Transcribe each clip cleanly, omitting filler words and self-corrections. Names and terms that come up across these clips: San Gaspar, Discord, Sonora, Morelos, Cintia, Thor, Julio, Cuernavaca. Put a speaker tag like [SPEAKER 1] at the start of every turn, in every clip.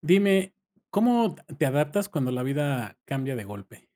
[SPEAKER 1] Dime, ¿cómo te adaptas cuando la vida cambia de golpe?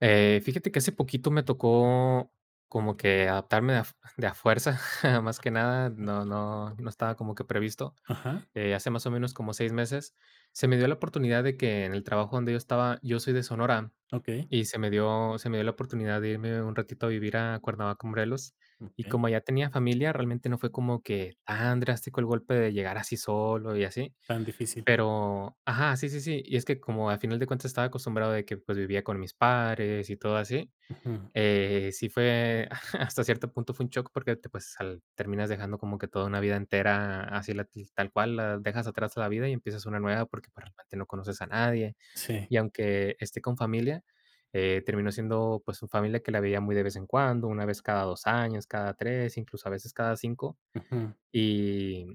[SPEAKER 2] Fíjate que hace poquito me tocó como que adaptarme de a de a fuerza, más que nada,
[SPEAKER 1] A
[SPEAKER 2] no estaba como que previsto.
[SPEAKER 1] ajá,
[SPEAKER 2] Hace más o menos como 6 meses, se me dio la oportunidad de que en el trabajo donde yo estaba, yo soy de Sonora,
[SPEAKER 1] okey,
[SPEAKER 2] y se me dio la oportunidad de irme un ratito a vivir a Cuernavaca, Morelos, y
[SPEAKER 1] okey,
[SPEAKER 2] como allá tenía familia, realmente no fue como que tan drástico el golpe de llegar así solo y así,
[SPEAKER 1] tan difícil.
[SPEAKER 2] pero ajá, sí, sí, sí. Y es que como al final de cuentas estaba acostumbrado de que, pues, vivía con mis padres y todo así,
[SPEAKER 1] Ujú,
[SPEAKER 2] sí fue hasta cierto punto fue un shock porque te, pues, al terminas dejando como que toda una vida entera así la, tal cual, la dejas atrás la vida y empiezas una nueva porque, pues, realmente no conoces a nadie.
[SPEAKER 1] sí,
[SPEAKER 2] Y aunque esté con familia, terminó siendo, pues, un familia que la veía muy de vez en cuando, una vez cada 2 años, cada 3, incluso a veces cada 5.
[SPEAKER 1] ujú,
[SPEAKER 2] Y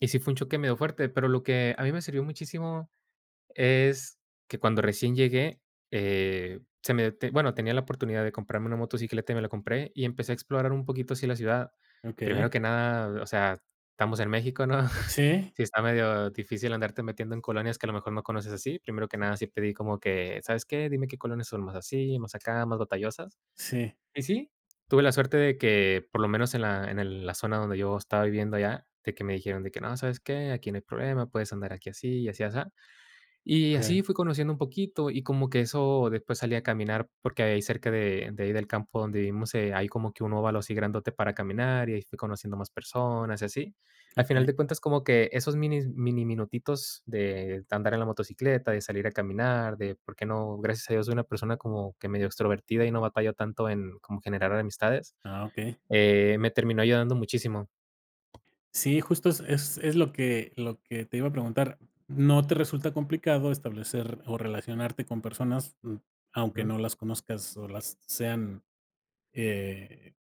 [SPEAKER 2] y sí fue un choque medio fuerte, pero lo que a mí me sirvió muchísimo es que cuando recién llegué, se me te bueno, tenía la oportunidad de comprarme una motocicleta y me la compré, y empecé a explorar un poquito así la ciudad. Primero
[SPEAKER 1] okey.
[SPEAKER 2] que nada, o sea, estamos en México, ¿no?
[SPEAKER 1] Sí,
[SPEAKER 2] Si está medio difícil andarte metiendo en colonias que a lo mejor no conoces así. Primero que nada, sí pedí como que: "¿Sabes qué? Dime qué colonias son más así, más acá, más batallosas".
[SPEAKER 1] sí,
[SPEAKER 2] Y sí, tuve la suerte de que, por lo menos en la, en el, la zona donde yo estaba viviendo allá, de que me dijeron de que: "No, ¿sabes qué? Aquí no hay problema, puedes andar aquí así y así", así y
[SPEAKER 1] okey,
[SPEAKER 2] así fui conociendo un poquito y como que eso. Después salí a caminar, porque ahí cerca de ahí del campo donde vivimos, hay como que un óvalo así grandote para caminar, y ahí fui conociendo más personas y así. Al final
[SPEAKER 1] okey.
[SPEAKER 2] de cuentas, como que esos minis mini minutitos de andar en la motocicleta, de salir a caminar, de por qué no, gracias a Dios soy una persona como que medio extrovertida y no batallo tanto en como generar amistades,
[SPEAKER 1] Ah, okey.
[SPEAKER 2] me terminó ayudando muchísimo.
[SPEAKER 1] Sí, justo es lo que te iba a preguntar. ¿No te resulta complicado establecer o relacionarte con personas, aunque no las conozcas o las sean, eh,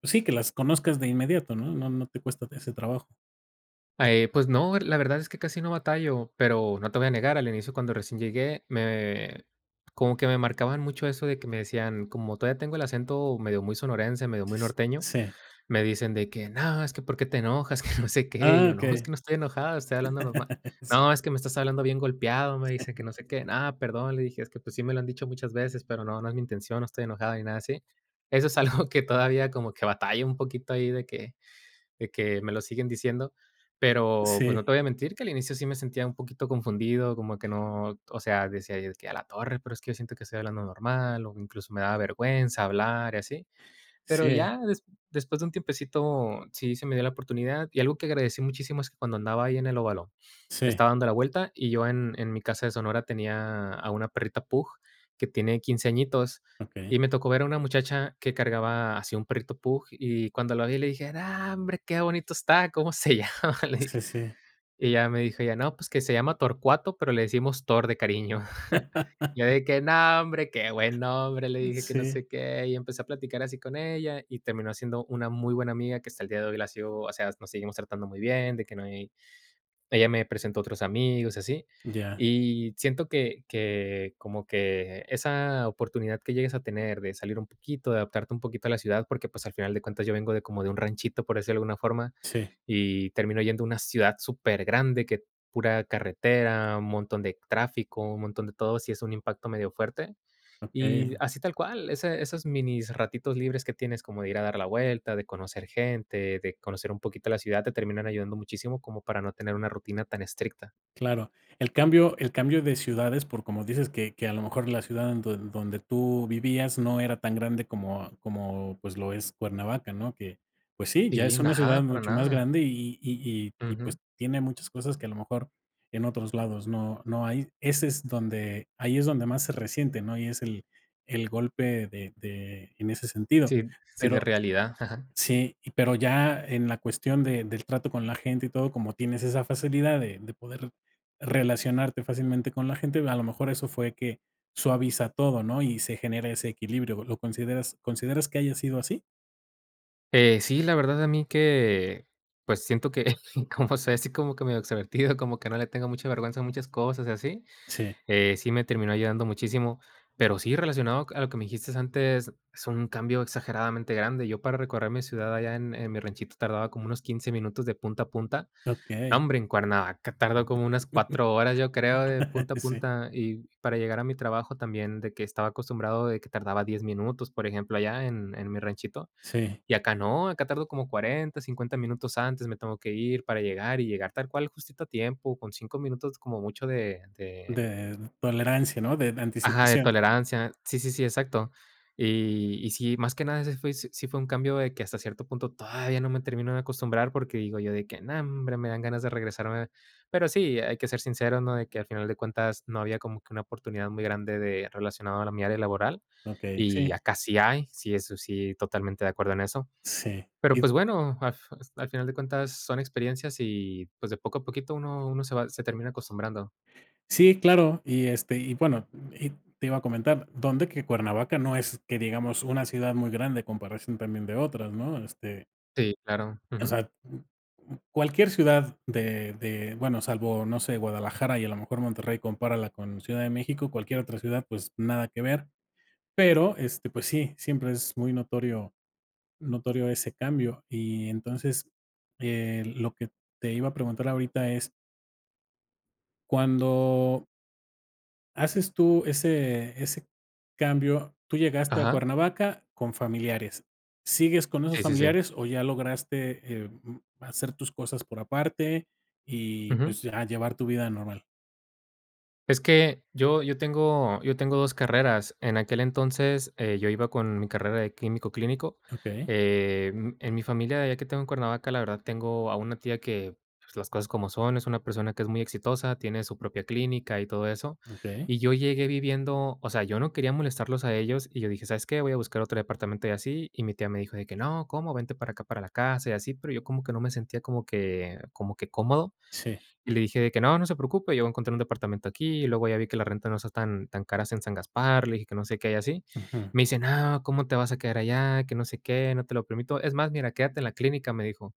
[SPEAKER 1] pues sí, que las conozcas de inmediato, ¿no? No te cuesta ese trabajo.
[SPEAKER 2] Pues no, la verdad es que casi no batallo, pero no te voy a negar, al inicio cuando recién llegué, me como que me marcaban mucho eso de que me decían, como todavía tengo el acento medio muy sonorense, medio muy
[SPEAKER 1] S
[SPEAKER 2] norteño,
[SPEAKER 1] sí.
[SPEAKER 2] me dicen de que: "No, es que ¿por qué te enojas?", que no sé qué, y
[SPEAKER 1] Ah,
[SPEAKER 2] yo: "No, es
[SPEAKER 1] okey.
[SPEAKER 2] que no estoy enojado, estoy hablando normal". "No, es que me estás hablando bien golpeado", me dicen, que no sé qué. "Nada, perdón", le dije, "es que, pues, sí me lo han dicho muchas veces, pero no, no es mi intención, no estoy enojado ni nada así". Eso es algo que todavía como que batalla un poquito ahí, de que me lo siguen diciendo, pero, pues, no
[SPEAKER 1] Sí,
[SPEAKER 2] te voy a mentir que al inicio sí me sentía un poquito confundido, como que no, o sea, decía yo de que: "A la torre, pero es que yo siento que estoy hablando normal", o incluso me daba vergüenza hablar y así.
[SPEAKER 1] sí,
[SPEAKER 2] Pero
[SPEAKER 1] sí,
[SPEAKER 2] ya después de un tiempecito sí se me dio la oportunidad, y algo que agradecí muchísimo es que cuando andaba ahí en el óvalo,
[SPEAKER 1] sí,
[SPEAKER 2] estaba dando la vuelta, y yo en mi casa de Sonora tenía a una perrita pug que tiene 15 añitos.
[SPEAKER 1] okey.
[SPEAKER 2] Y me tocó ver a una muchacha que cargaba así un perrito pug, y cuando lo vi le dije: "Ah, hombre, qué bonito está, ¿cómo se llama?" Le dije.
[SPEAKER 1] Sí, sí,
[SPEAKER 2] Y ella me dijo, ya no, pues, que se llama Torcuato, pero le decimos Thor de cariño. Yo de que: "No, hombre, qué buen nombre", le dije, que no
[SPEAKER 1] sí,
[SPEAKER 2] sé qué, y empecé a platicar así con ella, y terminó siendo una muy buena amiga que hasta el día de hoy la sigo. O sea, nos seguimos tratando muy bien, de que no hay, ella me presentó otros amigos y así.
[SPEAKER 1] ya,
[SPEAKER 2] Y siento que como que esa oportunidad que llegues a tener de salir un poquito, de adaptarte un poquito a la ciudad, porque, pues, al final de cuentas yo vengo de como de un ranchito, por decirlo de alguna forma,
[SPEAKER 1] sí,
[SPEAKER 2] y termino yendo a una ciudad súper grande, que pura carretera, un montón de tráfico, un montón de todo, sí es un impacto medio fuerte.
[SPEAKER 1] okey.
[SPEAKER 2] Y así tal cual, ese, esos minis ratitos libres que tienes como de ir a dar la vuelta, de conocer gente, de conocer un poquito la ciudad, te terminan ayudando muchísimo como para no tener una rutina tan estricta.
[SPEAKER 1] Claro, el cambio de ciudades, por como dices, que a lo mejor la ciudad en donde tú vivías no era tan grande como, pues, lo es Cuernavaca, ¿no? Que, pues sí, ya
[SPEAKER 2] Sí,
[SPEAKER 1] es una
[SPEAKER 2] nada,
[SPEAKER 1] ciudad
[SPEAKER 2] para
[SPEAKER 1] mucho más
[SPEAKER 2] nada.
[SPEAKER 1] grande y, pues,
[SPEAKER 2] Ujú.
[SPEAKER 1] tiene muchas cosas que a lo mejor en otros lados no hay. Ese es donde ahí es donde más se resiente, ¿no? Y es el golpe de en ese sentido,
[SPEAKER 2] Sí, sí, de
[SPEAKER 1] pero...
[SPEAKER 2] realidad, ajá.
[SPEAKER 1] Sí, y pero ya en la cuestión de del trato con la gente y todo, como tienes esa facilidad de poder relacionarte fácilmente con la gente, a lo mejor eso fue que suaviza todo, ¿no? Y se genera ese equilibrio. ¿Lo consideras que haya sido así?
[SPEAKER 2] Sí, la verdad a mí que, pues, siento que como soy así como que medio extrovertido, como que no le tengo mucha vergüenza a muchas cosas y así.
[SPEAKER 1] Sí,
[SPEAKER 2] Sí, me terminó ayudando muchísimo, pero sí, relacionado a lo que me dijiste antes, es un cambio exageradamente grande. Yo para recorrer mi ciudad allá en mi ranchito tardaba como unos 15 minutos de punta a punta.
[SPEAKER 1] okey.
[SPEAKER 2] No, hombre, en Cuernavaca tardó como unas cuatro horas, yo creo, de punta a
[SPEAKER 1] Sí,
[SPEAKER 2] punta. Y para llegar a mi trabajo también, de que estaba acostumbrado de que tardaba 10 minutos, por ejemplo, allá en mi ranchito.
[SPEAKER 1] sí,
[SPEAKER 2] Y acá no, acá tardo como 40, 50 minutos antes, me tengo que ir para llegar, y llegar tal cual justito a tiempo, con 5 minutos como mucho de...
[SPEAKER 1] de tolerancia, ¿no? De
[SPEAKER 2] Ajá, de
[SPEAKER 1] anticipación.
[SPEAKER 2] tolerancia. Sí, sí, sí, exacto. Y sí, más que nada, ese fue, sí fue un cambio de que hasta cierto punto todavía no me termino de acostumbrar, porque digo yo de que: "No, hombre, me dan ganas de regresarme". Pero sí, hay que ser sincero, ¿no? De que al final de cuentas no había como que una oportunidad muy grande de, relacionado a mi área laboral,
[SPEAKER 1] Okey,
[SPEAKER 2] y
[SPEAKER 1] sí,
[SPEAKER 2] acá sí hay, sí, eso sí, totalmente de acuerdo en eso.
[SPEAKER 1] sí.
[SPEAKER 2] Pero, pues, bueno, al final de cuentas son experiencias y, pues, de poco a poquito uno se termina acostumbrando.
[SPEAKER 1] Sí, claro, y este, y bueno, y te iba a comentar, donde que Cuernavaca no es que digamos una ciudad muy grande en comparación también de otras, ¿no? Este,
[SPEAKER 2] Sí, claro.
[SPEAKER 1] o
[SPEAKER 2] Ujú.
[SPEAKER 1] sea, cualquier ciudad de, bueno, salvo, no sé, Guadalajara y a lo mejor Monterrey, compárala con Ciudad de México, cualquier otra ciudad, pues nada que ver. Pero, este, pues sí, siempre es muy notorio, notorio ese cambio. Y entonces, lo que te iba a preguntar ahorita es, cuando haces tú ese cambio, tú llegaste a
[SPEAKER 2] Ajá.
[SPEAKER 1] Cuernavaca con familiares. ¿Sigues con esos
[SPEAKER 2] Sí, sí, sí.
[SPEAKER 1] familiares o ya lograste, hacer tus cosas por aparte y,
[SPEAKER 2] Ujú.
[SPEAKER 1] pues, ya llevar tu vida normal?
[SPEAKER 2] Es que yo yo tengo 2 carreras. En aquel entonces, yo iba con mi carrera de químico clínico.
[SPEAKER 1] Okey,
[SPEAKER 2] En mi familia de allá que tengo en Cuernavaca, la verdad tengo a una tía que, pues, las cosas como son, es una persona que es muy exitosa, tiene su propia clínica y todo eso.
[SPEAKER 1] okey,
[SPEAKER 2] Y yo llegué viviendo, o sea, yo no quería molestarlos a ellos, y yo dije: "¿Sabes qué? Voy a buscar otro departamento y así". Y mi tía me dijo de que: "No, ¿cómo? Vente para acá, para la casa y así", pero yo como que no me sentía como que cómodo.
[SPEAKER 1] sí,
[SPEAKER 2] Y le dije de que: "No, no se preocupe, yo encontré un departamento aquí, y luego ya vi que la renta no está tan caras en San Gaspar", le dije, que no sé qué y así.
[SPEAKER 1] ujú,
[SPEAKER 2] Me dice: "No, ¿cómo te vas a quedar allá? Que no sé qué, no te lo permito. Es más, mira, quédate en la clínica", me dijo.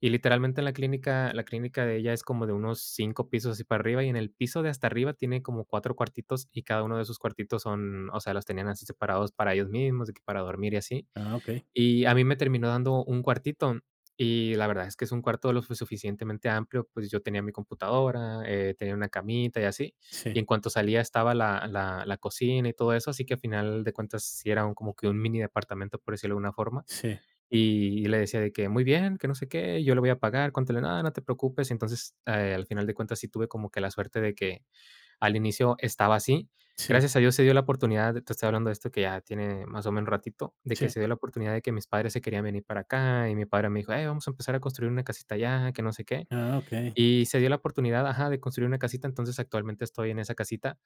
[SPEAKER 2] Y literalmente en la clínica, de ella, es como de unos 5 pisos así para arriba, y en el piso de hasta arriba tiene como 4 cuartitos, y cada uno de esos cuartitos son, o sea, los tenían así separados para ellos mismos, de que para dormir y así.
[SPEAKER 1] ah, okey,
[SPEAKER 2] Y a mí me terminó dando un cuartito, y la verdad es que es un cuarto lo suficientemente amplio. Pues, yo tenía mi computadora, tenía una camita y así,
[SPEAKER 1] sí,
[SPEAKER 2] y en cuanto salía estaba la cocina y todo eso, así que al final de cuentas sí era un, como que un mini departamento, por decirlo de alguna forma,
[SPEAKER 1] sí,
[SPEAKER 2] y le decía de que: "Muy bien, que no sé qué, yo le voy a pagar, cuánto", nada, "no, no te preocupes". Entonces, al final de cuentas sí tuve como que la suerte de que al inicio estaba así.
[SPEAKER 1] sí,
[SPEAKER 2] Gracias a Dios se dio la oportunidad te estoy hablando de esto que ya tiene más o menos ratito, de que
[SPEAKER 1] sí,
[SPEAKER 2] se dio la oportunidad de que mis padres se querían venir para acá, y mi padre me dijo: "Hey, vamos a empezar a construir una casita allá, que no sé qué".
[SPEAKER 1] ah, okey,
[SPEAKER 2] Y se dio la oportunidad, ajá, de construir una casita, entonces actualmente estoy en esa casita.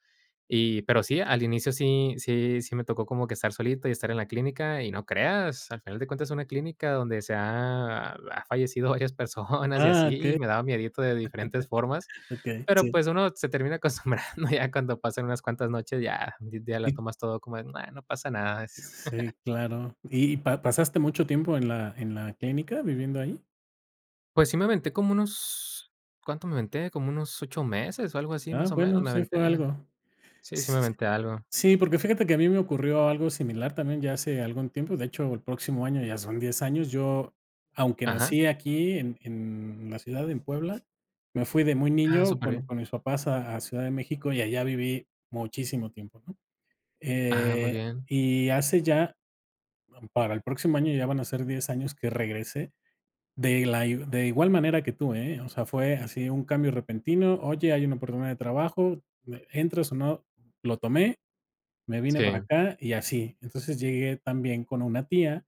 [SPEAKER 2] Y, pero sí, al inicio sí sí sí me tocó como que estar solito y estar en la clínica, y no creas, al final de cuentas es una clínica donde se ha fallecido varias personas y
[SPEAKER 1] ah,
[SPEAKER 2] así,
[SPEAKER 1] okey,
[SPEAKER 2] y me daba miedito de diferentes formas,
[SPEAKER 1] okey,
[SPEAKER 2] pero,
[SPEAKER 1] sí,
[SPEAKER 2] pues, uno se termina acostumbrando ya cuando pasan unas cuantas noches, ya la
[SPEAKER 1] sí,
[SPEAKER 2] tomas todo como de: "Ah, no pasa nada".
[SPEAKER 1] sí, claro. Y pa pasaste mucho tiempo en la clínica viviendo ahí?
[SPEAKER 2] Pues sí me aventé como unos, ¿cuánto me aventé? Como unos 8 meses o algo así,
[SPEAKER 1] Ah,
[SPEAKER 2] más o menos,
[SPEAKER 1] bueno,
[SPEAKER 2] me
[SPEAKER 1] sí
[SPEAKER 2] aventé.
[SPEAKER 1] fue algo.
[SPEAKER 2] Sí, sí me
[SPEAKER 1] Sí, sí, sí.
[SPEAKER 2] aventé algo.
[SPEAKER 1] Sí, porque fíjate que a mí me ocurrió algo similar también ya hace algún tiempo, de hecho, el próximo año ya son 10 años. Yo, aunque
[SPEAKER 2] Ajá.
[SPEAKER 1] nací aquí en la ciudad, en Puebla, me fui de muy
[SPEAKER 2] Ah,
[SPEAKER 1] niño
[SPEAKER 2] súper
[SPEAKER 1] con
[SPEAKER 2] bien.
[SPEAKER 1] con mis papás a Ciudad de México y allá viví muchísimo tiempo, ¿no?
[SPEAKER 2] Ah, muy
[SPEAKER 1] Eh,
[SPEAKER 2] bien.
[SPEAKER 1] y hace ya, para el próximo año ya van a ser 10 años que regresé de igual manera que tú, ¿eh? O sea, fue así un cambio repentino, oye, hay una oportunidad de trabajo, ¿entras o no? Lo tomé, me vine
[SPEAKER 2] Sí.
[SPEAKER 1] para acá y así. Entonces, llegué también con una tía,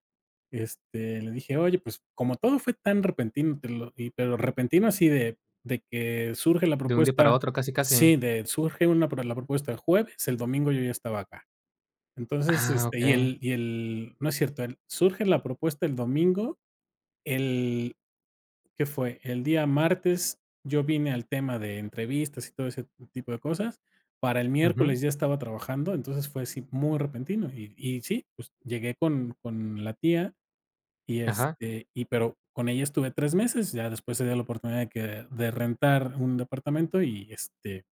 [SPEAKER 1] este, le dije: "Oye, pues, como todo fue tan repentino, te lo y pero repentino, así de que surge la
[SPEAKER 2] De un día para
[SPEAKER 1] propuesta.
[SPEAKER 2] otro, casi, casi.
[SPEAKER 1] Sí, de surge una pro la propuesta el jueves, el domingo yo ya estaba acá". Entonces,
[SPEAKER 2] Ah,
[SPEAKER 1] este, y
[SPEAKER 2] okey.
[SPEAKER 1] el y el no es cierto, el surge la propuesta el domingo, el ¿Qué fue? El día martes yo vine al tema de entrevistas y todo ese tipo de cosas. Para el
[SPEAKER 2] Ujú.
[SPEAKER 1] miércoles ya estaba trabajando, entonces fue así muy repentino. Y sí, pues llegué con la tía y,
[SPEAKER 2] Ajá.
[SPEAKER 1] este, y pero con ella estuve 3 meses, ya después se dio la oportunidad de que de rentar un departamento y, este,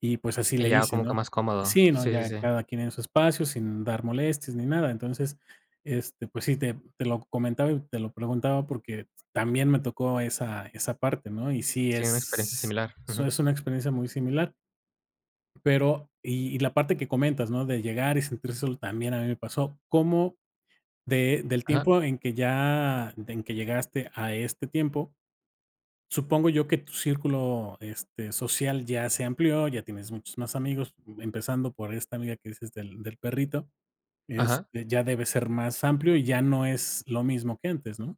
[SPEAKER 1] y pues así
[SPEAKER 2] Y
[SPEAKER 1] le
[SPEAKER 2] ya
[SPEAKER 1] hice,
[SPEAKER 2] como que
[SPEAKER 1] ¿no?
[SPEAKER 2] más cómodo.
[SPEAKER 1] Sí, no,
[SPEAKER 2] Sí, sí,
[SPEAKER 1] ya
[SPEAKER 2] sí.
[SPEAKER 1] cada quien en su espacio, sin dar molestias ni nada. Entonces, este, pues sí, te lo comentaba y te lo preguntaba porque también me tocó esa parte, ¿no? Y sí,
[SPEAKER 2] Sí, una experiencia similar. Ujú.
[SPEAKER 1] es una experiencia muy similar. Pero, y la parte que comentas, ¿no? De llegar y sentirse solo también a mí me pasó. ¿Del
[SPEAKER 2] Ajá,
[SPEAKER 1] tiempo en que ya, en que llegaste a este tiempo? Supongo yo que tu círculo, este, social ya se amplió, ya tienes muchos más amigos, empezando por esta amiga que dices del perrito.
[SPEAKER 2] ajá.
[SPEAKER 1] Este, ya debe ser más amplio y ya no es lo mismo que antes, ¿no?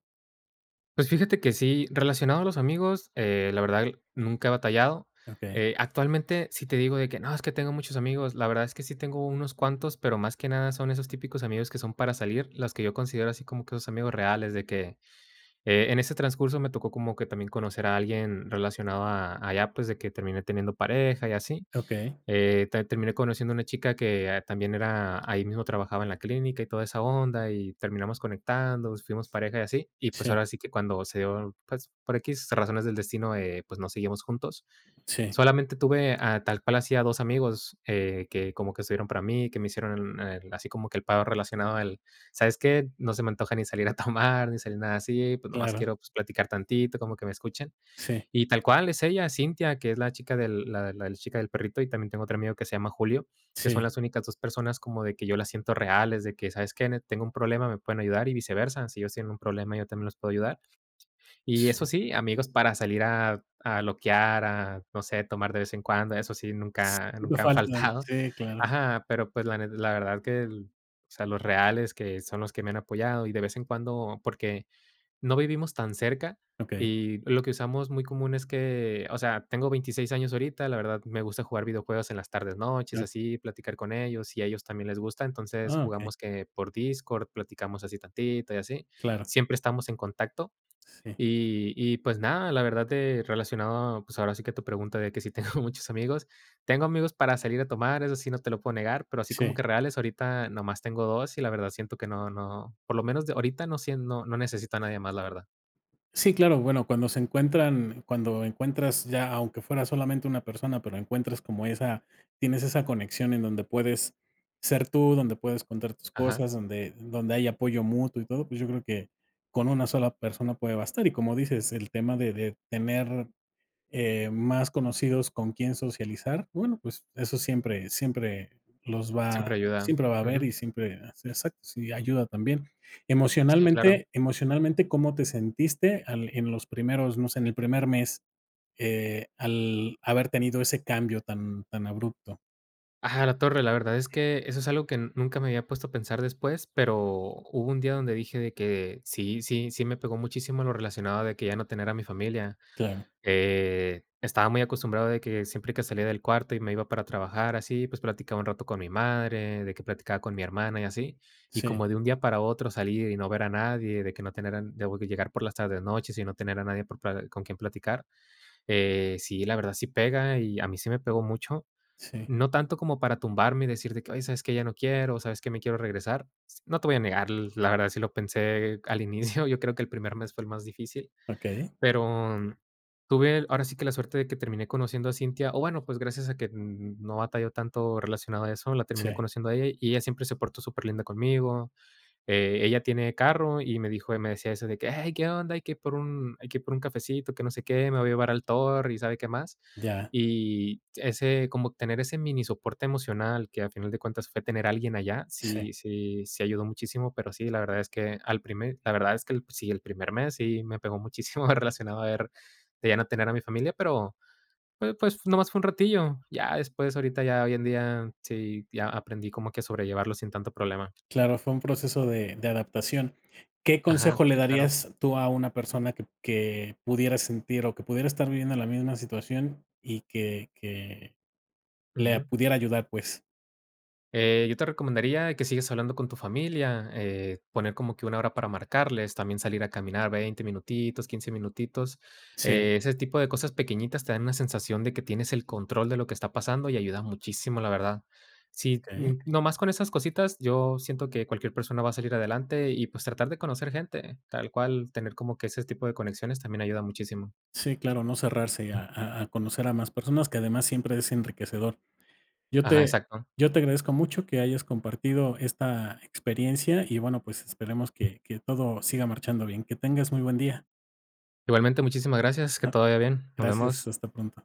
[SPEAKER 2] Pues fíjate que sí, relacionado a los amigos, la verdad nunca he batallado.
[SPEAKER 1] Okey,
[SPEAKER 2] Actualmente, si te digo de que: "No, es que tengo muchos amigos", la verdad es que sí tengo unos cuantos, pero más que nada son esos típicos amigos que son para salir, los que yo considero así como que esos amigos reales, de que, en ese transcurso me tocó como que también conocer a alguien relacionado a pues, de que terminé teniendo pareja y así.
[SPEAKER 1] okey.
[SPEAKER 2] Te terminé conociendo una chica que también era ahí mismo trabajaba en la clínica y toda esa onda, y terminamos conectando, pues, fuimos pareja y así. Y, pues,
[SPEAKER 1] Sí,
[SPEAKER 2] ahora sí que cuando se dio, pues, por equis razones del destino, pues, no seguimos juntos.
[SPEAKER 1] sí,
[SPEAKER 2] Solamente tuve, ah, tal cual hacía 2 amigos, que como que estuvieron para mí, que me hicieron el así como que el paro relacionado al: "¿Sabes qué? No se me antoja ni salir a tomar, ni salir nada así, pues, nomás
[SPEAKER 1] claro.
[SPEAKER 2] quiero, pues, platicar tantito, como que me escuchen".
[SPEAKER 1] Sí,
[SPEAKER 2] Y tal cual, es ella, Cintia, que es la chica del perrito, y también tengo otro amigo que se llama Julio, que son
[SPEAKER 1] sí,
[SPEAKER 2] las únicas 2 personas como de que yo las siento reales, de que, ¿sabes qué? Tengo un problema, me pueden ayudar, y viceversa. Si ellos tienen un problema, yo también los puedo ayudar. Y eso
[SPEAKER 1] sí.
[SPEAKER 2] sí, amigos para salir a loquear, a, no sé, tomar de vez en cuando, eso sí,
[SPEAKER 1] Sí,
[SPEAKER 2] nunca
[SPEAKER 1] te
[SPEAKER 2] nunca han
[SPEAKER 1] faltan.
[SPEAKER 2] faltado.
[SPEAKER 1] Sí, claro.
[SPEAKER 2] Ajá, pero, pues, la verdad que el o sea, los reales que son los que me han apoyado y de vez en cuando porque no vivimos tan cerca
[SPEAKER 1] Okey.
[SPEAKER 2] y lo que usamos muy común es que, o sea, tengo 26 años ahorita, la verdad me gusta jugar videojuegos en las tardes, noches, así, platicar con ellos y a ellos también les gusta, entonces
[SPEAKER 1] Ah, okey,
[SPEAKER 2] jugamos que por Discord, platicamos así tantito y así,
[SPEAKER 1] claro.
[SPEAKER 2] siempre estamos en contacto
[SPEAKER 1] Sí,
[SPEAKER 2] y pues nada, la verdad de relacionado, pues ahora sí que tu pregunta de que si tengo muchos amigos, tengo amigos para salir a tomar, eso sí no te lo puedo negar, pero así como
[SPEAKER 1] sí.
[SPEAKER 2] que reales ahorita nomás tengo 2 y la verdad siento que no no, por lo menos de ahorita no sien no no necesito a nadie más, la verdad.
[SPEAKER 1] Sí, claro, bueno, cuando se encuentran cuando encuentras ya, aunque fuera solamente una persona, pero encuentras como esa tienes esa conexión en donde puedes ser tú, donde puedes contar tus
[SPEAKER 2] Ajá,
[SPEAKER 1] cosas, donde hay apoyo mutuo y todo, pues, yo creo que con una sola persona puede bastar. Y como dices, el tema de tener, más conocidos con quién socializar, bueno, pues eso siempre, siempre los
[SPEAKER 2] siempre
[SPEAKER 1] va,
[SPEAKER 2] ayuda.
[SPEAKER 1] siempre va a haber
[SPEAKER 2] Ujú.
[SPEAKER 1] y siempre, sí, exacto, sí, ayuda también.
[SPEAKER 2] Sí, claro.
[SPEAKER 1] Emocionalmente, emocionalmente, ¿cómo te sentiste en los primeros, no sé, en el primer mes, al haber tenido ese cambio tan, tan abrupto?
[SPEAKER 2] Ajá, la torre, la verdad es que eso es algo que nunca me había puesto a pensar después, pero hubo un día donde dije de que sí, sí, sí me pegó muchísimo lo relacionado de que ya no tener a mi familia.
[SPEAKER 1] Claro,
[SPEAKER 2] Estaba muy acostumbrado de que siempre que salía del cuarto y me iba para trabajar así, pues platicaba un rato con mi madre, de que platicaba con mi hermana y así. Y
[SPEAKER 1] sí,
[SPEAKER 2] como de un día para otro salir y no ver a nadie, de que no tener, de llegar por las tardes noches y no tener a nadie por con quien platicar. Sí, la verdad sí pega, y a mí sí me pegó mucho.
[SPEAKER 1] sí,
[SPEAKER 2] No tanto como para tumbarme y decir de que: "Ay, ¿sabes que Ya no quiero, ¿sabes que Me quiero regresar". S No te voy a negar, la verdad sí lo pensé al inicio, yo creo que el primer mes fue el más difícil,
[SPEAKER 1] ok,
[SPEAKER 2] pero tuve ahora sí que la suerte de que terminé conociendo a Cintia, o bueno, pues gracias a que no batalló tanto relacionado a eso, la terminé
[SPEAKER 1] sí,
[SPEAKER 2] conociendo a ella, y ella siempre se portó súper linda conmigo, ella tiene carro y me decía eso de que: "Hey, ¿qué onda? Hay que ir por un cafecito, que no sé qué, me voy a llevar al Thor y sabe qué más".
[SPEAKER 1] ya,
[SPEAKER 2] Y ese como tener ese mini soporte emocional que a final de cuentas fue tener a alguien allá,
[SPEAKER 1] sí.
[SPEAKER 2] sí sí sí ayudó muchísimo, pero sí, la verdad es que al primer la verdad es que el sí, el primer mes sí me pegó muchísimo relacionado a ver de ya no tener a mi familia, pero pues nomás fue un ratillo. Ya después, ahorita ya hoy en día, sí, ya aprendí como que a sobrellevarlo sin tanto problema.
[SPEAKER 1] Claro, fue un proceso de adaptación. ¿Qué
[SPEAKER 2] Ajá,
[SPEAKER 1] consejo le
[SPEAKER 2] sí, claro.
[SPEAKER 1] darías tú a una persona que pudiera sentir o que pudiera estar viviendo la misma situación y que le
[SPEAKER 2] Ujú.
[SPEAKER 1] pudiera ayudar, pues?
[SPEAKER 2] Yo te recomendaría que sigas hablando con tu familia, poner como que una hora para marcarles, también salir a caminar 20 minutitos, 15 minutitos.
[SPEAKER 1] Sí,
[SPEAKER 2] Ese tipo de cosas pequeñitas te dan una sensación de que tienes el control de lo que está pasando y ayuda muchísimo, la verdad. Sí,
[SPEAKER 1] okey.
[SPEAKER 2] nomás con esas cositas, yo siento que cualquier persona va a salir adelante y pues tratar de conocer gente, tal cual, tener como que ese tipo de conexiones también ayuda muchísimo.
[SPEAKER 1] Sí, claro, no cerrarse a conocer a más personas, que además siempre es enriquecedor. Yo
[SPEAKER 2] Ajá,
[SPEAKER 1] te
[SPEAKER 2] exacto.
[SPEAKER 1] yo te agradezco mucho que hayas compartido esta experiencia y bueno, pues esperemos que todo siga marchando bien. Que tengas muy buen día.
[SPEAKER 2] Igualmente, muchísimas gracias, que
[SPEAKER 1] Ah,
[SPEAKER 2] todo vaya bien. Nos
[SPEAKER 1] gracias,
[SPEAKER 2] vemos.
[SPEAKER 1] hasta pronto.